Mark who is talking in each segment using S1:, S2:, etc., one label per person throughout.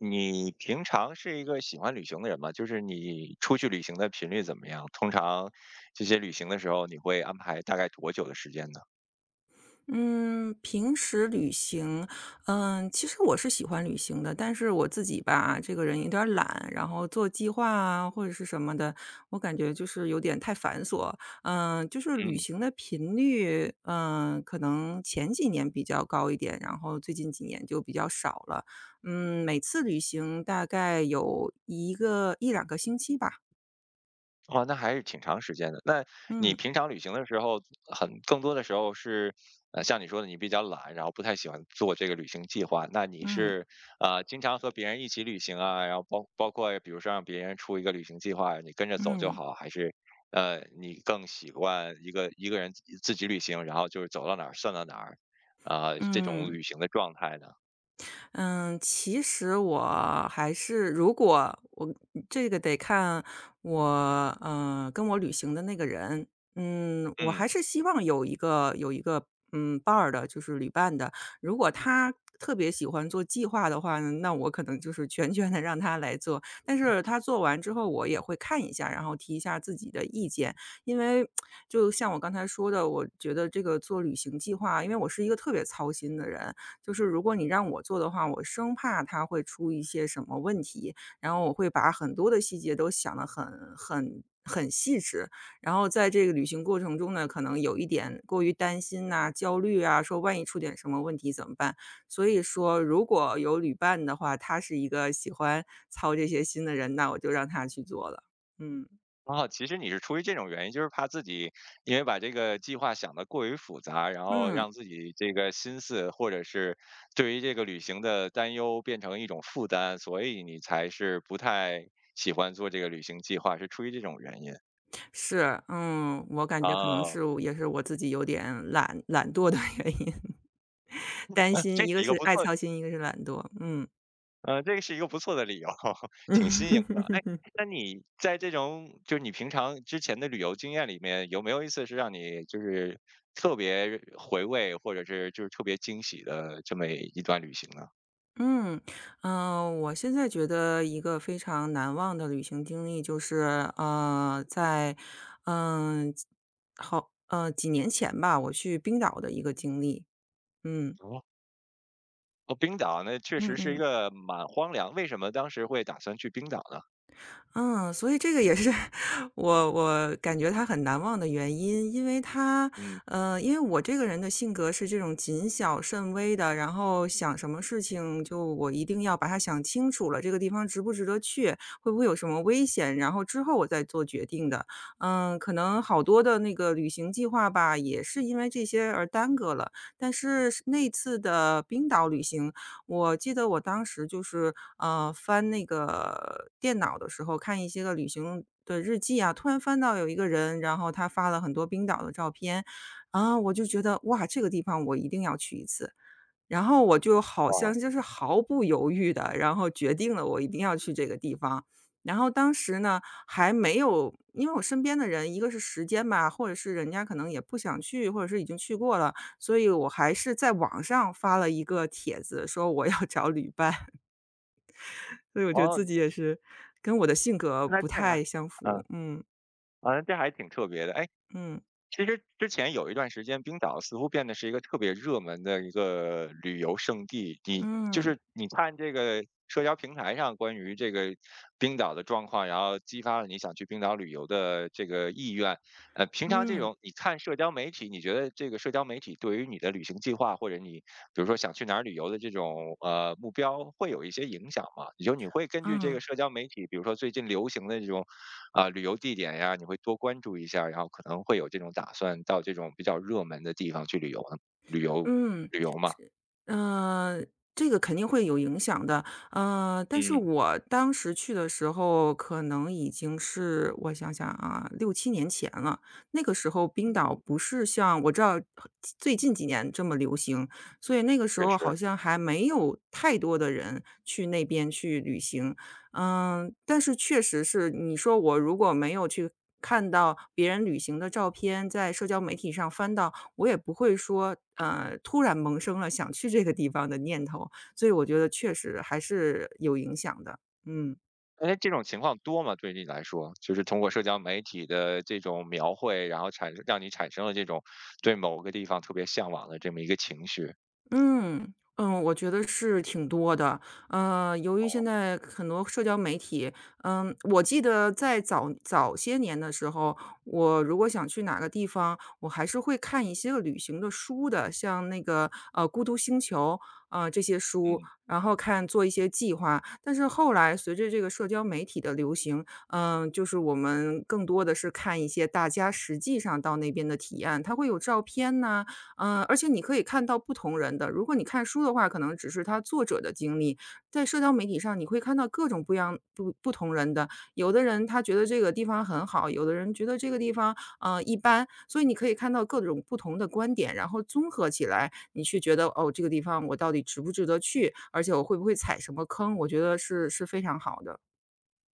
S1: 你平常是一个喜欢旅行的人吗？就是你出去旅行的频率怎么样？通常这些旅行的时候，你会安排大概多久的时间呢？
S2: 嗯，平时旅行，其实我是喜欢旅行的，但是我自己吧，这个人有点儿懒，然后做计划啊或者是什么的，我感觉就是有点太繁琐。就是旅
S1: 嗯。
S2: 行的频率，可能前几年比较高一点，然后最近几年就比较少了。每次旅行大概有一两个星期吧。
S1: 哦，那还是挺长时间的。那你
S2: 嗯。
S1: 平常旅行的时候，更多的时候是，像你说的，你比较懒，然后不太喜欢做这个旅行计划。那你
S2: 嗯。
S1: 是，经常和别人一起旅行啊，然后包括比如说让别人出一个旅行计划，你跟着走就
S2: 嗯。
S1: 好，还是你更习惯一个人自己旅行，然后就是走到哪儿算到哪儿，啊、这种
S2: 嗯。
S1: 旅行的状态呢？
S2: 嗯，其实我还是如果我这个得看我，跟我旅行的那个人。我
S1: 嗯。
S2: 还是希望有一个，伴儿的，就是旅伴的。如果他特别喜欢做计划的话呢，那我可能就是全权的让他来做。但是他做完之后，我也会看一下，然后提一下自己的意见。因为就像我刚才说的，我觉得这个做旅行计划因为我是一个特别操心的人，就是如果你让我做的话，我生怕他会出一些什么问题，然后我会把很多的细节都想得很细致。然后在这个旅行过程中呢，可能有一点过于担心呐、焦虑啊，说万一出点什么问题怎么办？所以说如果有旅伴的话，他是一个喜欢操这些心的人，那我就让他去做了。嗯。
S1: 哦，其实你是出于这种原因，就是怕自己因为把这个计划想得过于复杂，然后
S2: 嗯，
S1: 让自己这个心思或者是对于这个旅行的担忧变成一种负担，所以你才是不太喜欢做这个旅行计划，是出于这种原因。
S2: 是，我感觉可能
S1: 哦，
S2: 是也是我自己有点懒惰的原因。担
S1: 这
S2: 心，
S1: 是
S2: 一个
S1: 一个
S2: 是
S1: 不
S2: 爱
S1: 错
S2: 操心，一个是懒惰，嗯。
S1: 这个是一个不错的理由，挺新颖的。哎，
S2: 嗯
S1: 那你在这种就是你平常之前的旅游经验里面，有没有一次是让你就是特别回味，或者是就是特别惊喜的这么一段旅行呢？
S2: 嗯我现在觉得一个非常难忘的旅行经历就是，在，嗯，好，几年前吧，我去冰岛的一个经历。嗯。
S1: 哦，哦，冰岛那确
S2: 嗯
S1: 实是一
S2: 嗯。
S1: 个蛮荒凉，为什么当时会打算去冰岛呢？
S2: 嗯，所以这个也是 我感觉他很难忘的原因，因为他，
S1: 嗯，
S2: 因为我这个人的性格是这种谨小慎微的，然后想什么事情就我一定要把它想清楚了，这个地方值不值得去，会不会有什么危险，然后之后我再做决定的。可能好多的那个旅行计划吧，也是因为这些而耽搁了。但是是那次的冰岛旅行，我记得我当时就是，翻那个电脑的时候，看一些个旅行的日记啊，突然翻到有一个人，然后他发了很多冰岛的照片，啊，我就觉得，哇，这个地方我一定要去一次。然后我就好
S1: 哇，
S2: 像就是毫不犹豫的，然后决定了我一定要去这个地方。然后当时呢，还没有因为我身边的人，一个是时间吧，或者是人家可能也不想去，或者是已经去过了，所以我还是在网上发了一个帖子，说我要找旅伴，所以我觉得
S1: 哦，
S2: 自己也是跟我的性格
S1: 那
S2: 不
S1: 这还，
S2: 太相
S1: 嗯，
S2: 符。嗯。
S1: 好像这还挺特别的。哎，
S2: 嗯。
S1: 其实之前有一段时间，冰岛似乎变得是一个特别热门的一个旅游胜地。你就
S2: 嗯。
S1: 是你看这个社交平台上关于这个冰岛的状况，然后激发了你想去冰岛旅游的这个意愿。平常这
S2: 嗯。
S1: 种你看社交媒体，你觉得这个社交媒体对于你的旅行计划或者你比如说想去哪儿旅游的这种目标会有一些影响吗？也就是你会根据这个
S2: 嗯。
S1: 社交媒体，比如说最近流行的这种啊、旅游地点呀，你会多关注一下，然后可能会有这种打算到这种比较热门的地方去旅游呢？旅游
S2: 嗯。
S1: 旅游嘛，
S2: 嗯，呃这个肯定会有影响的。但是
S1: 嗯
S2: 我当时去的时候，可能已经是我想想啊六七年前了。那个时候冰岛
S1: 嗯，
S2: 不是像我知道最近几年这么流行，所以那个时
S1: 确
S2: 候
S1: 实。
S2: 好像还没有太多的人去那边去旅行。但是确实是你说我如果没有去看到别人旅行的照片，在社交媒体上翻到我也不会说，突然萌生了想去这个地方的念头，所以我觉得确实还是有影响的。嗯。
S1: 哎，这种情况多吗？对你来说，就是通过社交媒体的这种描绘，然后产生让你产生了这种对某个地方特别向往的这么一个情绪。
S2: 嗯，我觉得是挺多的。由于现在很多社交媒体，我记得在早些年的时候，我如果想去哪个地方，我还是会看一些个旅行的书的，像那个《孤独星球》啊、这些书，
S1: 嗯。
S2: 然后看做一些计划。但是后来随着这个社交媒体的流行，就是我们更多的是看一些大家实际上到那边的体验，它会有照片呐、而且你可以看到不同人的，如果你看书的话，可能只是他作者的经历，在社交媒体上你会看到各种不一样不同人的，有的人他觉得这个地方很好，有的人觉得这个地方，一般，所以你可以看到各种不同的观点，然后综合起来，你去觉得，哦，这个地方我到底值不值得去，而且我会不会踩什么坑，我觉得是非常好的。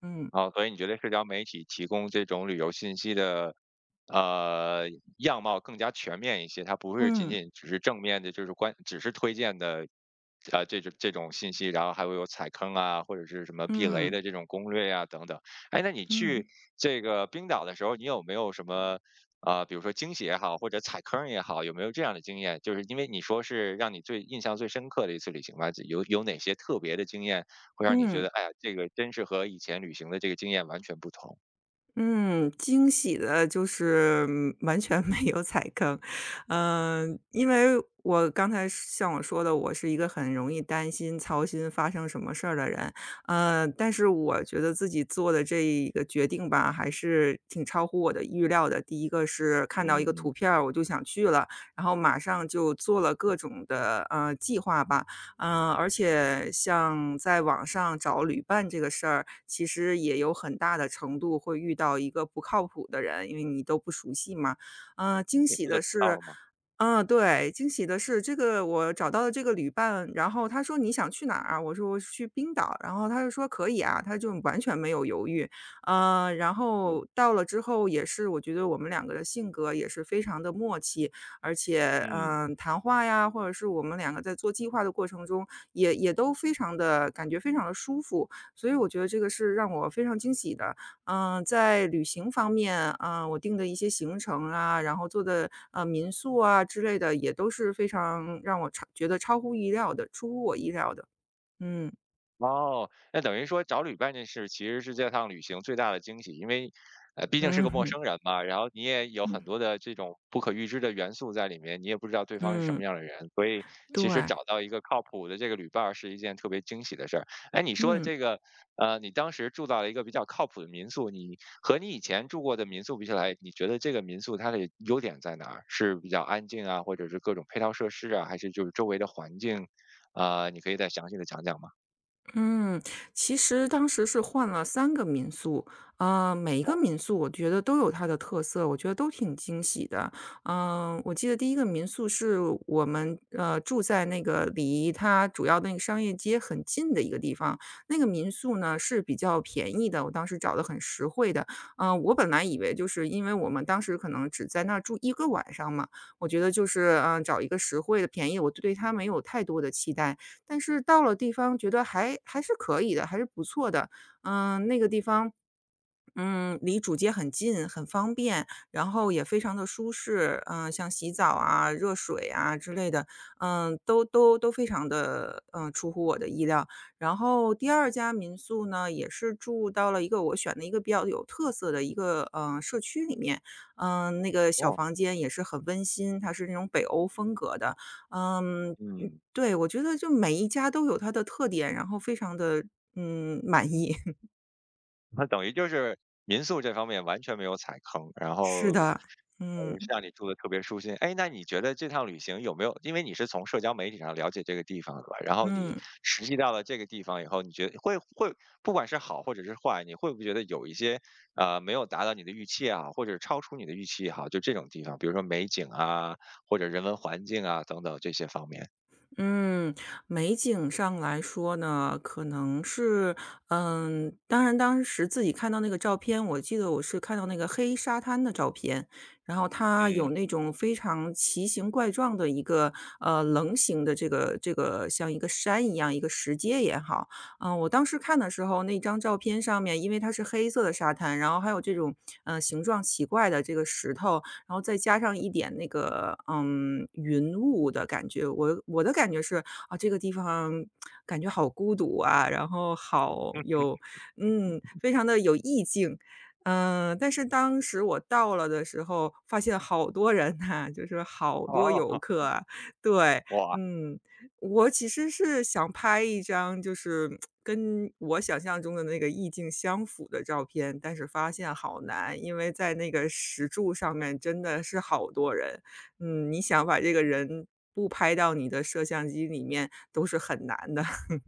S2: 嗯。
S1: 哦，所以你觉得社交媒体提供这种旅游信息的，呃，样貌更加全面一些，它不会仅
S2: 嗯。
S1: 仅只是正面的，就是关只是推荐的，这种信息，然后还会有踩坑啊，或者是什么避雷
S2: 嗯。
S1: 的这种攻略啊等等。哎，那你
S2: 嗯。
S1: 去这个冰岛的时候，你有没有什么？啊、比如说惊喜也好，或者踩坑也好，有没有这样的经验？就是因为你说是让你最印象最深刻的一次旅行吧，有哪些特别的经验会让你觉
S2: 嗯。
S1: 得，哎呀，这个真是和以前旅行的这个经验完全不同。
S2: 嗯，惊喜的就是完全没有踩坑，因为我刚才是像我说的，我是一个很容易担心、操心发生什么事儿的人，但是我觉得自己做的这一个决定吧，还是挺超乎我的预料的。第一个是看到一个
S1: 嗯，
S2: 图片儿我就想去了，然后马上就做了各种的计划吧，而且像在网上找旅伴这个事儿，其实也有很大的程度会遇到一个不靠谱的人，因为你都不熟悉嘛。惊
S1: 你
S2: 喜
S1: 这个
S2: 的
S1: 到
S2: 是
S1: 了吗？
S2: 对，惊喜的是这个我找到了这个旅伴，然后他说你想去哪儿啊？我说我去冰岛，然后他就说可以啊，他就完全没有犹豫。然
S1: 嗯。
S2: 后到了之后也是，我觉得我们两个的性格也是非常的默契，而且，
S1: 嗯。
S2: 谈话呀，或者是我们两个在做计划的过程中，也都非常的，感觉非常的舒服，所以我觉得这个是让我非常惊喜的。在旅行方面，我定的一些行程啊，然后做的，民宿啊之类的，也都是非常让我超觉得超乎意料的出乎我意料的。嗯。
S1: 哦，那等于说找旅伴这事其实是这趟旅行最大的惊喜，因为，毕竟是个陌
S2: 嗯
S1: 生人嘛，然后你也有很多 的这种不可预知的元素在里面，你也不知道对方是什么
S2: 嗯。
S1: 样的人，所以
S2: 对。
S1: 其实找到一个靠谱的这个旅伴儿是一件特别惊喜的事儿。哎，你说的
S2: 嗯。
S1: 这个，你当时住到了一个比较靠谱的民宿，你和你以前住过的民宿比起来，你觉得这个民宿它的优点在哪儿？是比较安静啊，或者是各种配套设施啊，还是就是周围的环境？啊、你可以再详细的讲讲吗？
S2: 嗯，其实当时是换了三个民宿，每一个民宿我觉得都有它的特色，我觉得都挺惊喜的。我记得第一个民宿是我们，住在那个离它主要的那个商业街很近的一个地方，那个民宿呢，是比较便宜的，我当时找的很实惠的。我本来以为就是因为我们当时可能只在那儿住一个晚上嘛，我觉得就是，找一个实惠的、便宜，我对它没有太多的期待。但是到了地方觉得还是可以的，还是不错的。那个地方离主街很近，很方便，然后也非常的舒适。嗯，像洗澡啊、热水啊之类的，都非常的，出乎我的意料。然后第二家民宿呢，也是住到了一个我选的一个比较有特色的一个，社区里面。那个小
S1: 哦，
S2: 房间也是很温馨，它是那种北欧风格的。嗯，
S1: 嗯，
S2: 对，我觉得就每一家都有它的特点，然后非常的，满意。
S1: 那等于就是民宿这方面完全没有踩坑，然后，
S2: 是的。嗯。
S1: 让你住的特别舒心。哎，那你觉得这趟旅行有没有因为你是从社交媒体上了解这个地方的吧，然后你
S2: 嗯
S1: 实际到了这个地方以后，你觉得会不管是好或者是坏，你会不会觉得有一些，没有达到你的预期啊，或者超出你的预期也好，就这种地方，比如说美景啊，或者人文环境啊等等这些方面？
S2: 嗯，美景上来说呢，可能是当然当时自己看到那个照片，我记得我是看到那个黑沙滩的照片，然后它有
S1: 嗯，
S2: 那种非常奇形怪状的一个，棱形的这个像一个山一样，一个石阶也好。嗯，我当时看的时候，那张照片上面因为它是黑色的沙滩，然后还有这种，形状奇怪的这个石头，然后再加上一点那个，嗯，云雾的感觉。我的感觉是，啊，这个地方感觉好孤独啊，然后好
S1: 嗯，
S2: 有嗯，非常的有意境。嗯，但是当时我到了的时候，发现好多人呐，就是好多
S1: 哦，
S2: 游 客啊。对，
S1: 哇。
S2: 嗯。我其实是想拍一张就是跟我想象中的那个意境相符的照片，但是发现好难，因为在那个石柱上面真的是好多人。嗯，你想把这个人不拍到你的摄像机里面都是很难的，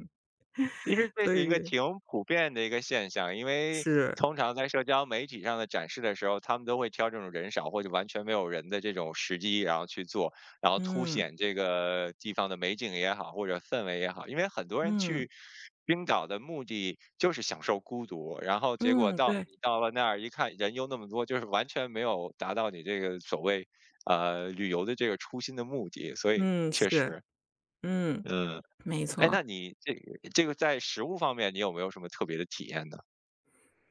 S1: 其实这是
S2: 所
S1: 一个
S2: 以
S1: 挺普遍的一个现象，因为
S2: 是，
S1: 通常在社交媒体上的展示的时候，他们都会挑这种人少或者完全没有人的这种时机，然后去做，然后凸
S2: 嗯，
S1: 显这个地方的美景也好，或者氛围也好。因为很多人
S2: 嗯，
S1: 去冰岛的目的就是享受孤独，然后结果
S2: 嗯，
S1: 到
S2: 对，
S1: 你到了那儿一看，人又那么多，就是完全没有达到你这个所谓旅游的这个初心的目的，所以
S2: 嗯，
S1: 确
S2: 是，
S1: 实，
S2: 嗯，
S1: 嗯。
S2: 没
S1: 哎，
S2: 错。
S1: 那你这个在食物方面，你有没有什么特别的体验呢？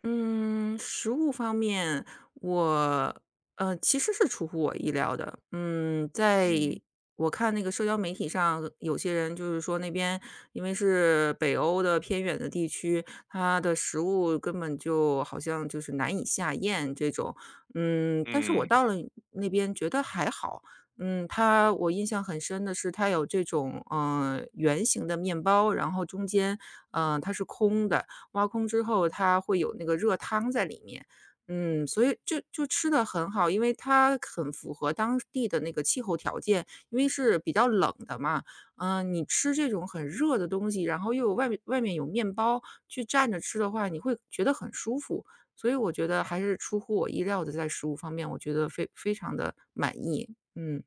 S2: 嗯，食物方面，我其实是出乎我意料的。嗯，在
S1: 嗯
S2: 我看那个社交媒体上，有些人就是说那边因为是北欧的偏远的地区，它的食物根本就好像就是难以下咽这种。嗯，但是我
S1: 嗯，
S2: 到了那边觉得还好。嗯，它我印象很深的是，它有这种圆形的面包，然后中间它是空的，挖空之后，它会有那个热汤在里面。嗯，所以就吃得很好，因为它很符合当地的那个气候条件，因为是比较冷的嘛。嗯，你吃这种很热的东西，然后又有外面有面包，去蘸着吃的话，你会觉得很舒服。所以我觉得还是出乎我意料的，在食物方面，我觉得非常的满意，嗯。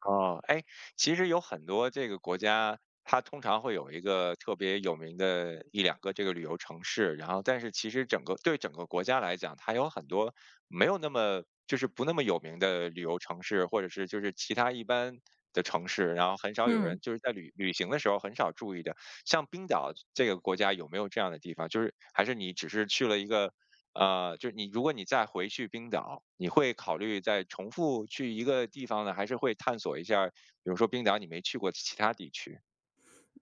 S1: 哦，哎，其实有很多这个国家，它通常会有一个特别有名的一两个这个旅游城市，然后但是其实整个对整个国家来讲，它有很多没有那么就是不那么有名的旅游城市，或者是就是其他一般的城市，然后很少有人
S2: 嗯。
S1: 就是在旅行的时候很少注意的。像冰岛这个国家有没有这样的地方？就是还是你只是去了就是如果你再回去冰岛，你会考虑再重复去一个地方呢，还是会探索一下，比如说冰岛你没去过的其他地区？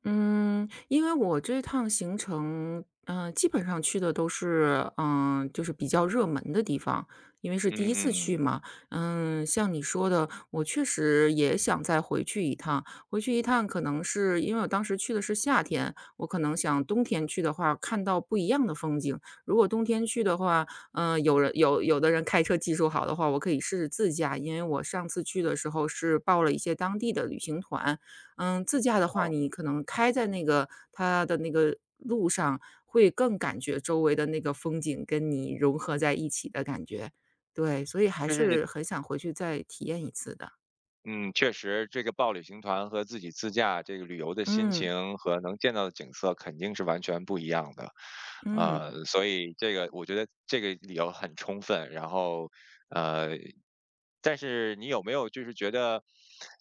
S2: 嗯，因为我这趟行程，嗯，基本上去的都是，嗯，就是比较热门的地方，因为是第
S1: 嗯
S2: 一次
S1: 嗯嗯，
S2: 去嘛。嗯，像你说的，我确实也想再回去一趟。回去一趟，可能是因为我当时去的是夏天，我可能想冬天去的话，看到不一样的风景。如果冬天去的话，嗯，有的人开车技术好的话，我可以试试自驾，因为我上次去的时候是报了一些当地的旅行团。嗯，自驾的话，
S1: 哦，
S2: 你可能开在那个它的那个路上，会更感觉周围的那个风景跟你融合在一起的感觉。对，所以还
S1: 就是你，
S2: 是很想回去再体验一次的。
S1: 嗯，确实这个报旅行团和自己自驾这个旅游的心
S2: 嗯，
S1: 情和能见到的景色肯定是完全不一样的，
S2: 嗯。
S1: 所以这个我觉得这个理由很充分，然后呃但是你有没有就是觉得，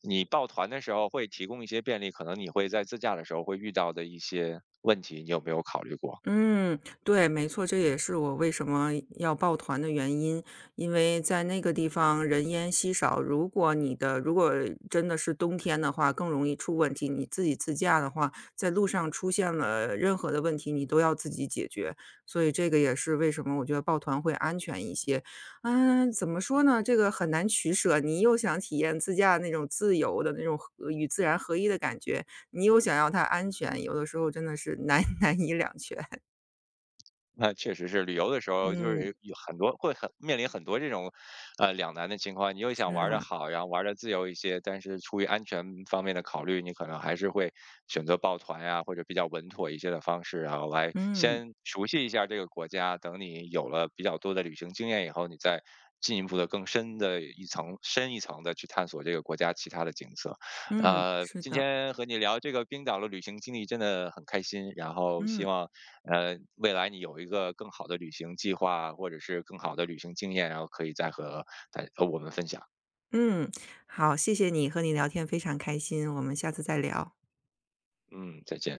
S1: 你报团的时候会提供一些便利，可能你会在自驾的时候会遇到的一些问题，你有没有考虑过？
S2: 嗯，对，没错，这也是我为什么要抱团的原因，因为在那个地方人烟稀少，如果真的是冬天的话，更容易出问题。你自己自驾的话，在路上出现了任何的问题，你都要自己解决，所以这个也是为什么我觉得抱团会安全一些。嗯，怎么说呢？这个很难取舍，你又想体验自驾那种自由的那种和与自然合一的感觉，你又想要它安全，有的时候真的是难 难以两全。
S1: 那确实是旅游的时候，就
S2: 嗯，
S1: 是有很多会很面临很多这种，两难的情况。你又
S2: 是
S1: 想玩的
S2: 啊，
S1: 好，然后玩的自由一些，但是出于安全方面的考虑，你可能还是会选择抱团呀，或者比较稳妥一些的方式啊，然后来
S2: 嗯，
S1: 先熟悉一下这个国家。等你有了比较多的旅行经验以后，你再进一步的更深的一层深一层的去探索这个国家其他的景色。
S2: 嗯，是
S1: 今
S2: 的，
S1: 天和你聊这个冰岛的旅行经历真的很开心，然后希
S2: 嗯，
S1: 望未来你有一个更好的旅行计划，或者是更好的旅行经验，然后可以再和我们分享。
S2: 嗯，好，谢谢你，和你聊天非常开心，我们下次再聊。
S1: 嗯，再见。